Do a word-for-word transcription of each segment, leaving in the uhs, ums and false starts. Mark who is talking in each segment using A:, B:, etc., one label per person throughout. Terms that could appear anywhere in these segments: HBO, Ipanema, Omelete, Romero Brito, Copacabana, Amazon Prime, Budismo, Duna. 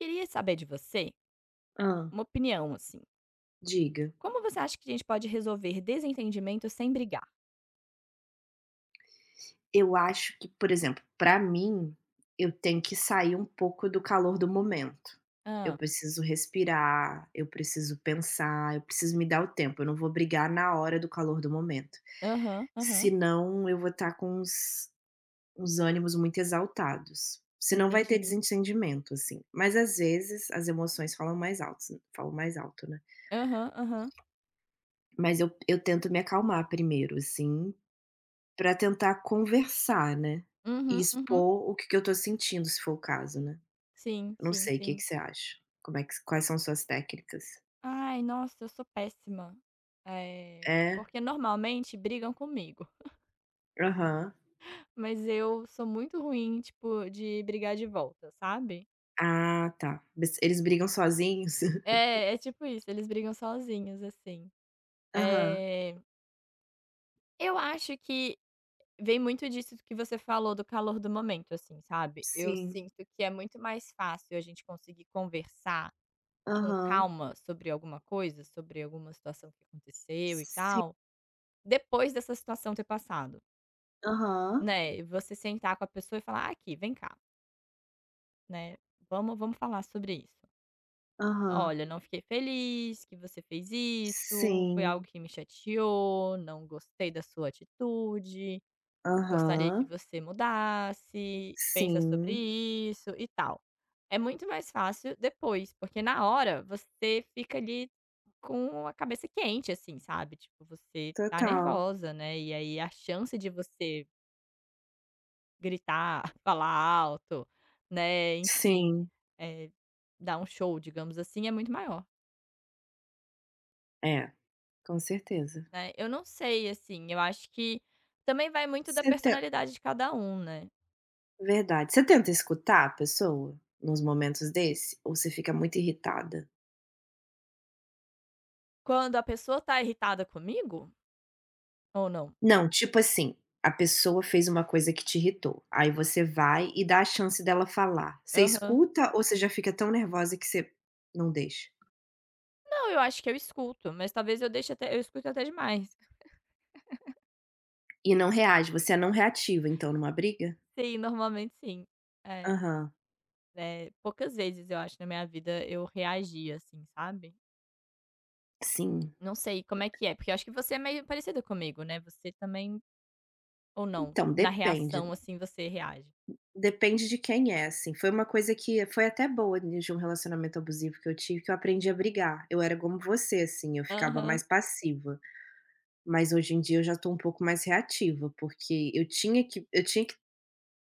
A: Queria saber de você
B: Hã,
A: uma opinião, assim.
B: diga.
A: Como você acha que a gente pode resolver desentendimento sem brigar?
B: Eu acho que, por exemplo, pra mim, eu tenho que sair um pouco do calor do momento. Eu
A: Ah.
B: preciso respirar, eu preciso pensar, eu preciso me dar o tempo, eu não vou brigar na hora do calor do momento.
A: Aham, aham.
B: Senão eu vou estar com uns uns ânimos muito exaltados. Senão vai
A: Entendi.
B: ter desentendimento, assim. Mas às vezes as emoções falam mais altos falam mais alto, né.
A: Aham, aham.
B: Mas eu eu tento me acalmar primeiro, assim, pra tentar conversar, né, e
A: Uhum, uhum.
B: expor o que que eu tô sentindo, se for o caso, né.
A: Sim,
B: Eu não
A: sim,
B: sei, que que
A: sim.
B: você acha? Como é que quais são suas técnicas?
A: Ai, nossa, eu sou péssima. É,
B: É?
A: porque normalmente brigam comigo,
B: Aham.
A: mas eu sou muito ruim, tipo, de brigar de volta, sabe?
B: Ah, tá. Mas eles brigam sozinhos?
A: É, é tipo isso, eles brigam sozinhos, assim.
B: Aham.
A: É. eu acho que Vem muito disso que você falou do calor do momento, assim, sabe. Eu
B: Sim.
A: sinto que é muito mais fácil a gente conseguir conversar com
B: Aham.
A: calma sobre alguma coisa, sobre alguma situação que aconteceu e
B: Sim.
A: tal, depois dessa situação ter passado,
B: Aham.
A: né. E Você sentar com a pessoa e falar: "Ah, aqui, vem cá, né, vamos vamos falar sobre isso.
B: Aham.
A: Olha, não fiquei feliz que você fez isso, foi algo
B: Sim.
A: que me chateou, não gostei da sua atitude. gostaria que
B: Aham.
A: você mudasse, pensa sobre
B: Sim.
A: isso e tal." É muito mais fácil depois, porque na hora você fica ali com a cabeça quente, assim, sabe? Tipo, você tá
B: Total.
A: nervosa, né? E aí a chance de você gritar, falar alto, né? Enfim,
B: Sim.
A: eh, dar um show, digamos assim, é muito maior,
B: É, com certeza.
A: né? Eu não sei, assim, eu acho que também vai muito da
B: Você te
A: personalidade de cada um, né?
B: verdade. Você tenta escutar a pessoa nos momentos desse ou você fica muito irritada?
A: Quando a pessoa tá irritada comigo ou não?
B: Não, tipo assim, a pessoa fez uma coisa que te irritou, aí você vai e dá a chance dela falar. Você
A: Aham.
B: escuta ou você já fica tão nervosa que você não deixa?
A: Não, eu acho que eu escuto, mas talvez eu deixe até eu escuto até demais.
B: E não reage, você é não reativa então numa briga?
A: Sim, normalmente sim. É,
B: Aham,
A: né, poucas vezes eu acho na minha vida eu reagi assim, sabe.
B: sim.
A: Não sei como é que é, porque eu acho que você é meio parecida comigo, né, você também ou não?
B: Então
A: Na
B: depende,
A: reação, assim, você reage?
B: depende de quem é, assim. Foi uma coisa que foi até boa de um relacionamento abusivo que eu tive, que eu aprendi a brigar. Eu era como você, assim, eu ficava mais
A: Aham,
B: passiva. Mas hoje em dia eu já estou um pouco mais reativa, porque eu tinha que eu tinha que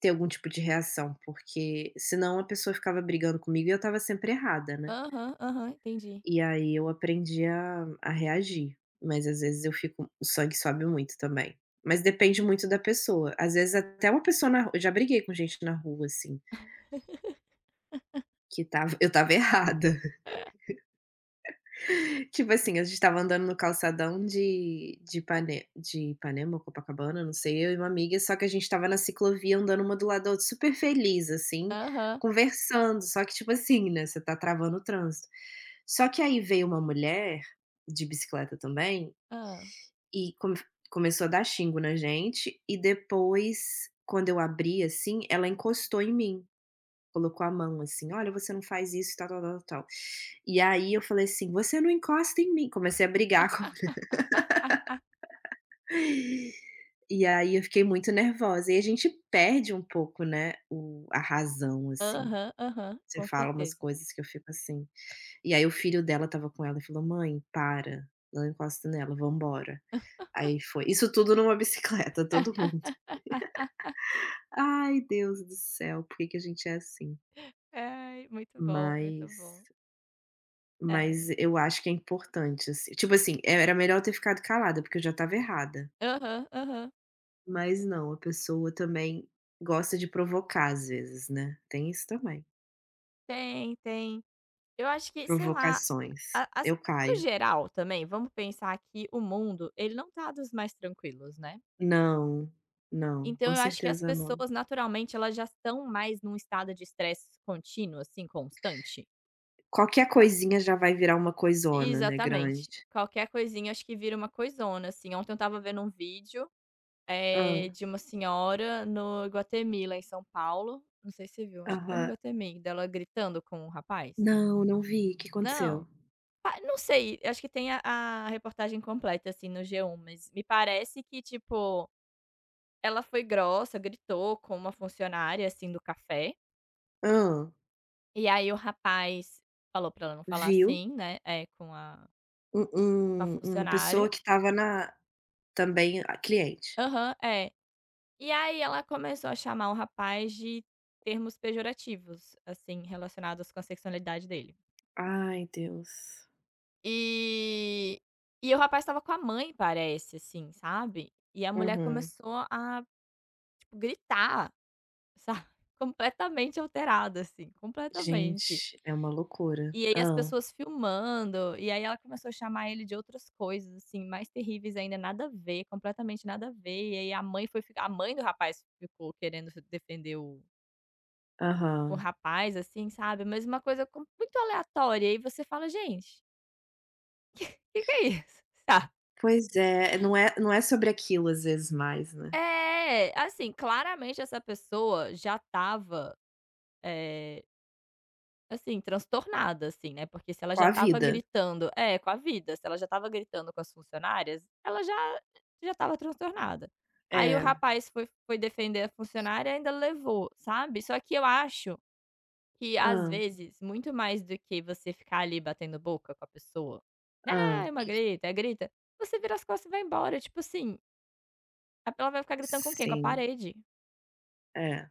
B: ter algum tipo de reação, porque senão a pessoa ficava brigando comigo e eu estava sempre errada, né.
A: aham, aham, entendi.
B: E aí eu aprendi a a reagir, mas às vezes eu fico o sangue sobe muito também. Mas depende muito da pessoa, às vezes até uma pessoa na ru eu já briguei com gente na rua, assim, que estava eu estava errada. Tipo assim, a gente estava andando no calçadão de de Ipane de Ipanema Copacabana, não sei, eu e uma amiga, só que a gente estava na ciclovia andando uma do lado da outra, super feliz, assim,
A: Aham,
B: conversando, só que tipo assim, né, você tá travando o trânsito. Só que aí veio uma mulher, de bicicleta também,
A: hã.
B: e come começou a dar xingo na gente, e depois, quando eu abri, assim, ela encostou em mim. Colocou a mão assim: "Olha, você não faz isso, tal, tal, tal, tal". E aí eu falei assim: "Você não encosta em mim". Comecei a brigar com E aí eu fiquei muito nervosa. E a gente perde um pouco, né, o a razão, assim.
A: Aham, aham,
B: Você
A: com
B: fala umas
A: certeza.
B: coisas que eu fico assim E aí o filho dela estava com ela e falou: "Mãe, para, não encosta nela, vamos embora". Aí foi. Isso tudo numa bicicleta, todo mundo. Ai, Deus do céu, por que que a gente é assim?
A: Ai, muito bom, muito
B: Mas
A: bom. É.
B: Mas eu acho que é importante, assim tipo assim, é, era melhor eu ter ficado calada, porque eu já estava errada.
A: Aham, aham.
B: Mas não, a pessoa também gosta de provocar às vezes, né, tem isso também.
A: Tem, tem. Eu acho que, sei lá,
B: Provocações.
A: a as
B: Eu
A: no
B: caio.
A: geral também, vamos pensar que o mundo, ele não tá dos mais tranquilos, né.
B: Não, não,
A: Então
B: com
A: eu acho que as
B: certeza não.
A: pessoas naturalmente elas já estão mais num estado de estresse contínuo, assim, constante.
B: Qualquer coisinha já vai virar uma coisona, né,
A: Exatamente.
B: grande.
A: Qualquer coisinha acho que vira uma coisona, assim. Ontem eu estava vendo um vídeo,
B: Ah,
A: eh, de uma senhora no Iguatemi, lá em São Paulo, não sei se você viu, acho que foi no
B: aham.
A: Iguatemi, dela gritando com um rapaz.
B: Não, não vi. O que aconteceu?
A: Não. Ah, não sei, acho que tem a a reportagem completa, assim, no G um, mas me parece que, tipo, ela foi grossa, gritou com uma funcionária, assim, do café,
B: Hã.
A: e aí o rapaz falou pra ela não falar
B: Viu,
A: assim, né, é, com a
B: um
A: com a
B: um uma pessoa
A: funcionária.
B: que estava na também a cliente.
A: Aham, é. E aí ela começou a chamar o rapaz de termos pejorativos, assim, relacionados com a sexualidade dele.
B: Ai, Deus.
A: E e o rapaz estava com a mãe, parece, assim, sabe. E a mulher
B: Uhum.
A: começou a, tipo, gritar. Sabe, completamente alterada, assim, completamente.
B: Gente, é uma loucura.
A: E aí as
B: Ah,
A: pessoas filmando, e aí ela começou a chamar ele de outras coisas, assim, mais terríveis ainda, nada a ver, completamente nada a ver. E aí a mãe foi ficar a mãe do rapaz ficou querendo se defender o o
B: aham.
A: rapaz, assim, sabe, mas uma coisa com muito aleatória. E aí você fala: "Gente, o que que é isso?" Sabe.
B: Pois é, não é não é sobre aquilo às vezes mais, né.
A: É, assim, claramente essa pessoa já estava, eh Assim, transtornada, assim, né, porque se ela
B: Com
A: já
B: a
A: estava
B: vida.
A: gritando é, com a vida, se ela já estava gritando com as funcionárias, ela já já estava transtornada. Aí o
B: É.
A: rapaz foi foi defender a funcionária e ainda levou, sabe. Só que eu acho que, às
B: Ah,
A: vezes, muito mais do que você ficar ali batendo boca com a pessoa, né,
B: ah.
A: "Ah, é uma
B: Que que
A: grita, é grita", você vira as costas e vai embora, tipo assim, a ela vai ficar gritando com quem? Com a
B: sim.
A: parede.
B: É,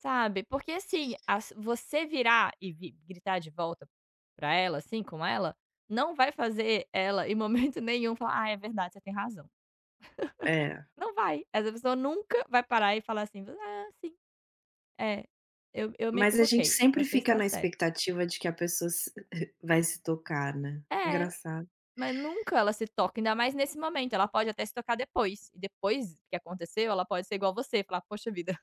A: Sabe, porque assim, as você virar e vi gritar de volta pra ela, assim, com ela, não vai fazer ela em momento nenhum falar: "Ah, é verdade, você tem razão".
B: é.
A: Não vai, essa pessoa nunca vai parar e falar assim: "Ah, sim, é, eu eu me
B: Mas a gente
A: equivoquei,
B: sempre
A: você
B: fica
A: está
B: na
A: certo".
B: expectativa de que a pessoa se vai se tocar, né.
A: É,
B: Engraçado.
A: mas nunca ela se toca, ainda mais nesse momento, ela pode até se tocar depois, e depois que aconteceu, ela pode ser igual você, falar: "Poxa vida,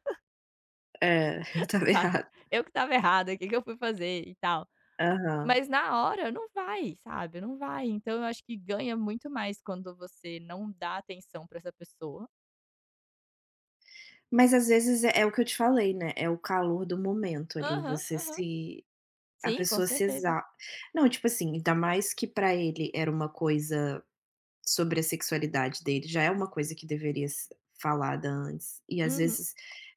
B: É, eu estava
A: sabe,
B: errada.
A: eu que estava errada, o que que eu fui fazer", e tal.
B: Aham.
A: Mas na hora não vai, sabe, não vai. Então eu acho que ganha muito mais quando você não dá atenção pra essa pessoa.
B: Mas às vezes é é o que eu te falei, né, é o calor do momento ali,
A: Aham,
B: você
A: aham.
B: se A
A: Sim, com
B: pessoa se
A: certeza.
B: exa não, tipo assim, ainda mais que pra ele era uma coisa sobre a sexualidade dele, já é uma coisa que deveria ser falada antes, e às
A: Uhum.
B: vezes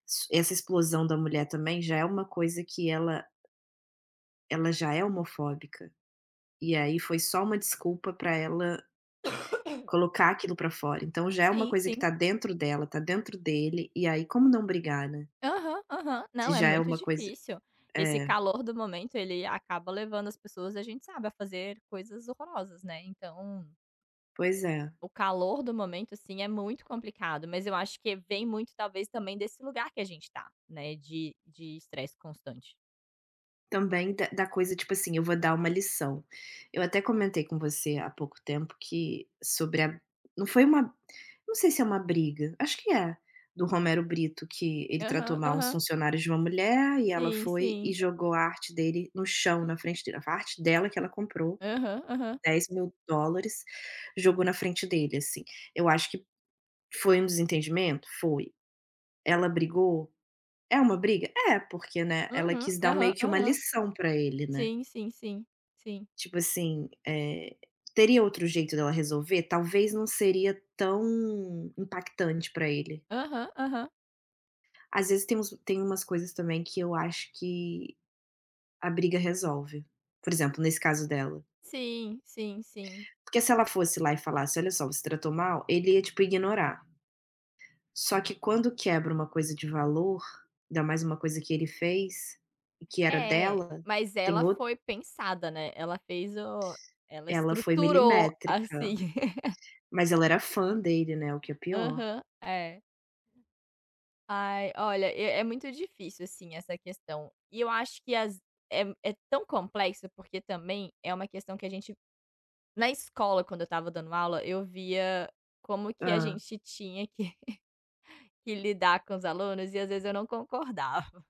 B: s essa explosão da mulher também já é uma coisa que ela ela já é homofóbica, e aí foi só uma desculpa pra ela colocar aquilo pra fora, então já é uma
A: Sim,
B: coisa que
A: sim.
B: tá dentro dela, tá dentro dele, e aí como não brigar, né,
A: Aham, aham.
B: se
A: Não, é
B: já é
A: muito
B: uma coisa
A: difícil. Esse
B: é,
A: calor do momento, ele acaba levando as pessoas, a gente sabe, a fazer coisas horrorosas, né. Então,
B: pois é.
A: o calor do momento, assim, é muito complicado, mas eu acho que vem muito, talvez, também desse lugar que a gente tá, né, de de estresse constante.
B: Também da da coisa, tipo assim, eu vou dar uma lição. Eu até comentei com você há pouco tempo que sobre a não foi uma não sei se é uma briga, acho que é, do Romero Brito, que ele tratou
A: Aham,
B: mal uns
A: aham.
B: funcionários de uma mulher e ela
A: Sim,
B: foi e
A: sim.
B: jogou a arte dele no chão na frente dele, a arte dela que ela comprou,
A: Aham, aham.
B: dez mil dólares jogou na frente dele, assim. Eu acho que foi um desentendimento? Foi. Ela brigou? É uma briga? É, porque, né, ela
A: Uhum,
B: quis dar meio
A: aham,
B: que uma
A: aham.
B: lição pra ele, né.
A: Sim, sim, sim, sim.
B: Tipo assim, eh, teria outro jeito dela resolver? Talvez não seria tão impactante pra ele.
A: Aham, aham.
B: Às vezes tem uns tem umas coisas também que eu acho que a briga resolve. Por exemplo, nesse caso dela.
A: Sim, sim, sim.
B: Porque se ela fosse lá e falasse: "Olha só, você tratou mal", ele ia, tipo, ignorar. Só que quando quebra uma coisa de valor, ainda mais uma coisa que ele fez e que era
A: É,
B: dela,
A: mas
B: tem
A: ela
B: out
A: foi pensada, né, ela fez o ela
B: ela foi
A: estruturou,
B: milimétrica,
A: assim.
B: mas ela era fã dele, né, o que é pior.
A: Aham, é. Ai, olha, é é muito difícil, assim, essa questão. E eu acho que as é é tão complexo, porque também é uma questão que a gente na escola, quando eu estava dando aula, eu via como que a
B: Hã.
A: gente tinha que Que lidar com os alunos e às vezes eu não concordava,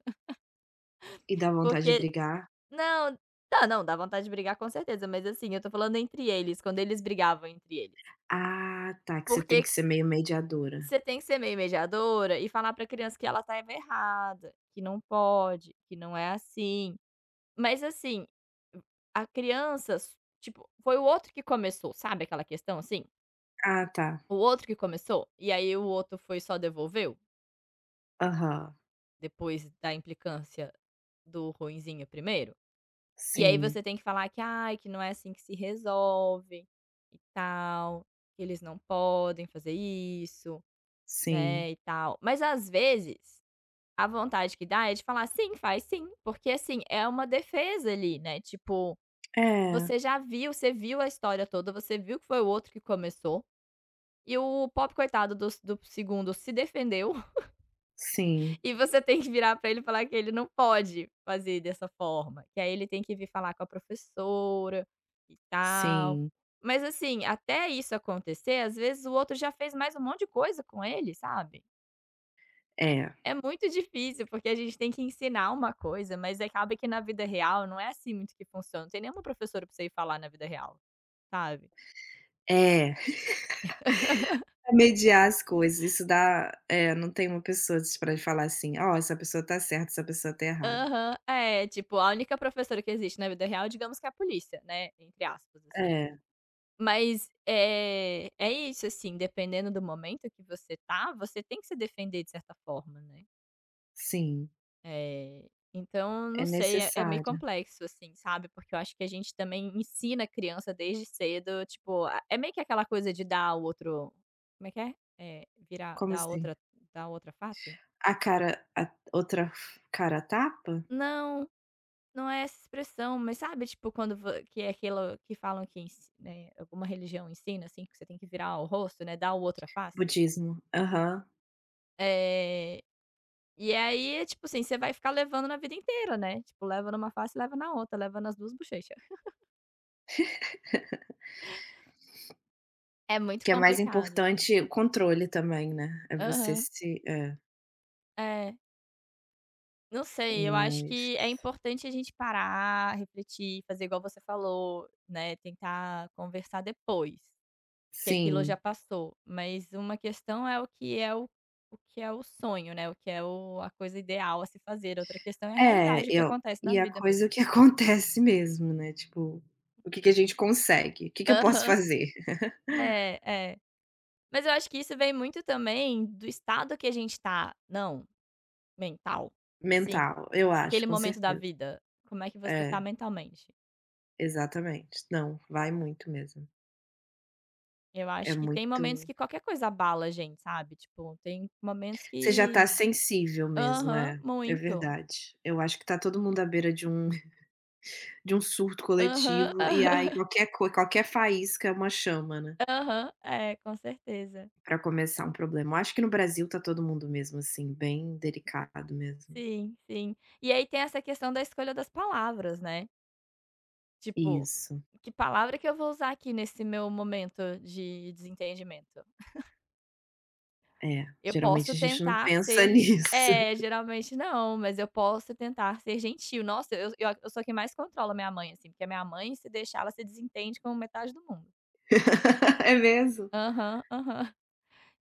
B: E dá vontade de
A: porque
B: brigar?
A: não, tá, não, dá vontade de brigar com certeza, mas assim, eu tô falando entre eles, quando eles brigavam entre eles.
B: Ah, tá, que você tem que
A: Porque
B: ser meio mediadora.
A: você tem que ser meio mediadora e falar pra criança que ela tá errada, que não pode, que não é assim. Mas assim, a criança s tipo, foi o outro que começou, sabe aquela questão assim?
B: Ah, tá.
A: O outro que começou, e aí o outro foi só devolveu,
B: Aham.
A: depois da implicância do ruinzinho primeiro. E aí
B: Sim,
A: você tem que falar que: "Ai, que não é assim que se resolve e tal, que eles não podem fazer isso,
B: sim.
A: né, e tal". Mas às vezes, a vontade que dá é de falar: "Sim, faz sim", porque assim, é uma defesa ali, né, tipo,
B: É,
A: você já viu, você viu a história toda, você viu que foi o outro que começou e o pop coitado do do segundo se defendeu.
B: sim,
A: E você tem que virar pra ele e falar que ele não pode fazer dessa forma, que aí ele tem que vir falar com a professora e tal.
B: sim.
A: Mas assim, até isso acontecer, às vezes o outro já fez mais um monte de coisa com ele, sabe.
B: É,
A: É muito difícil, porque a gente tem que ensinar uma coisa, mas acaba que na vida real não é assim muito que funciona, não tem nenhuma professora pra você ir falar na vida real, sabe.
B: é. Mediar as coisas, isso dá é, não tem uma pessoa para falar assim: "Ó, essa pessoa tá certa, essa pessoa tá errada".
A: Aham. É, tipo, a única professora que existe na vida real, digamos que é a polícia, né, entre aspas, assim.
B: É,
A: Mas, é é isso, assim, dependendo do momento que você tá, você tem que se defender de certa forma, né.
B: sim,
A: Eh, então
B: é
A: não sei, é é meio
B: necessário.
A: complexo, assim, sabe, porque eu acho que a gente também ensina a criança desde cedo, tipo, a é meio que aquela coisa de dar o outro como é que é? Eh, virar
B: Como
A: dar a
B: assim?
A: outra dar a outra face?
B: A cara a outra f- cara tapa?
A: Não, não é essa expressão, mas sabe, tipo, quando vo que é aquilo que falam que ens né, alguma religião ensina, assim, que você tem que virar o rosto, né, dar o outra face?
B: Budismo. Aham.
A: Eh E aí é tipo assim, você vai ficar levando na vida inteira, né, tipo, leva numa face leva na outra, leva nas duas bochechas. É muito
B: Que é mais
A: complicado, assim.
B: importante o controle também, né, é você
A: Aham.
B: se é,
A: É. Não sei, eu acho
B: mas
A: que é importante a gente parar, refletir, fazer igual você falou, né, tentar conversar depois, que aquilo
B: sim.
A: já passou. Mas uma questão é o que é o o que é o sonho, né, o que é o a coisa ideal a se fazer, outra questão é a
B: É,
A: realidade, o que
B: eu
A: acontece na
B: e a
A: vida
B: coisa
A: mesmo.
B: que acontece mesmo, né, tipo, o que que a gente consegue? O que que eu posso
A: Aham.
B: fazer?
A: É, é. Mas eu acho que isso vem muito também do estado que a gente tá, não, mental, assim,
B: Mental, eu acho,
A: naquele
B: com
A: momento da
B: certeza.
A: vida, como é que você tá
B: É,
A: mentalmente.
B: exatamente. Não, vai muito mesmo.
A: Eu
B: É
A: acho que tem momentos
B: muito
A: que qualquer coisa abala a gente, sabe, tipo, tem momentos
B: você já tá
A: que
B: sensível mesmo,
A: aham,
B: é, é
A: muito.
B: verdade. Eu acho que tá todo mundo à beira de um de um surto
A: Aham,
B: coletivo, e
A: aham,
B: aí qualquer coi qualquer faísca é uma chama, né.
A: aham, é, com certeza.
B: Pra começar um problema. Eu acho que no Brasil tá todo mundo mesmo assim, bem delicado mesmo.
A: Sim, sim. E aí tem essa questão da escolha das palavras, né, tipo,
B: Isso,
A: que palavra que eu vou usar aqui nesse meu momento de desentendimento?
B: é.
A: Eu
B: Geralmente
A: posso
B: a gente não
A: tentar
B: pensa
A: ser
B: nisso.
A: é, geralmente não, mas eu posso tentar ser gentil. Nossa, eu eu eu sou quem mais controla minha mãe, assim, porque a minha mãe, se deixar, ela se desentende com metade do mundo.
B: É mesmo?
A: Aham, aham.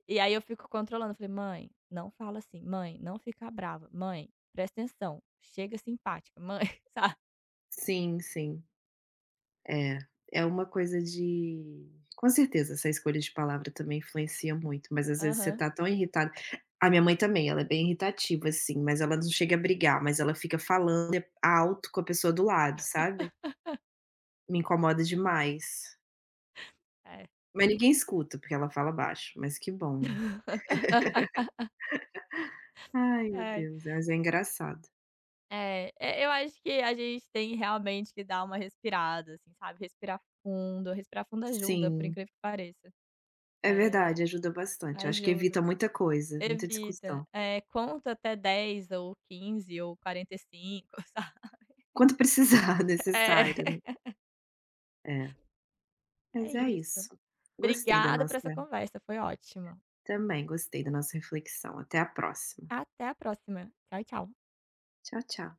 A: E aí eu fico controlando, falei: "Mãe, não fala assim. Mãe, não fica brava. Mãe, presta atenção. Chega simpática. Mãe", sabe.
B: Sim, sim. É, é uma coisa de com certeza essa escolha de palavra também influencia muito, mas às vezes você
A: Aham,
B: tá tão irritado a minha mãe também, ela é bem irritativa, assim, mas ela não chega a brigar, mas ela fica falando alto com a pessoa do lado, sabe. Me incomoda demais.
A: é.
B: Mas ninguém escuta, porque ela fala baixo, mas que bom, né. Ai, meu
A: Ai.
B: Deus, mas é engraçado.
A: É, é, eu acho que a gente tem realmente que dar uma respirada, assim, sabe, respirar fundo. Respirar fundo ajuda, por
B: Sim,
A: incrível que pareça.
B: é
A: É,
B: verdade, ajuda bastante. Eu acho que evita
A: ajuda.
B: muita coisa, muita
A: Evita.
B: discussão.
A: É, conta até dez ou quinze ou quarenta e cinco, sabe.
B: Quando precisar, necessário,
A: É.
B: né. É,
A: É
B: mas é
A: isso.
B: isso. Gostei da
A: Obrigada por
B: nossa
A: essa conversa, foi ótima.
B: também gostei da nossa reflexão. Até a próxima.
A: Até a próxima. Tchau, tchau.
B: Tchau, tchau.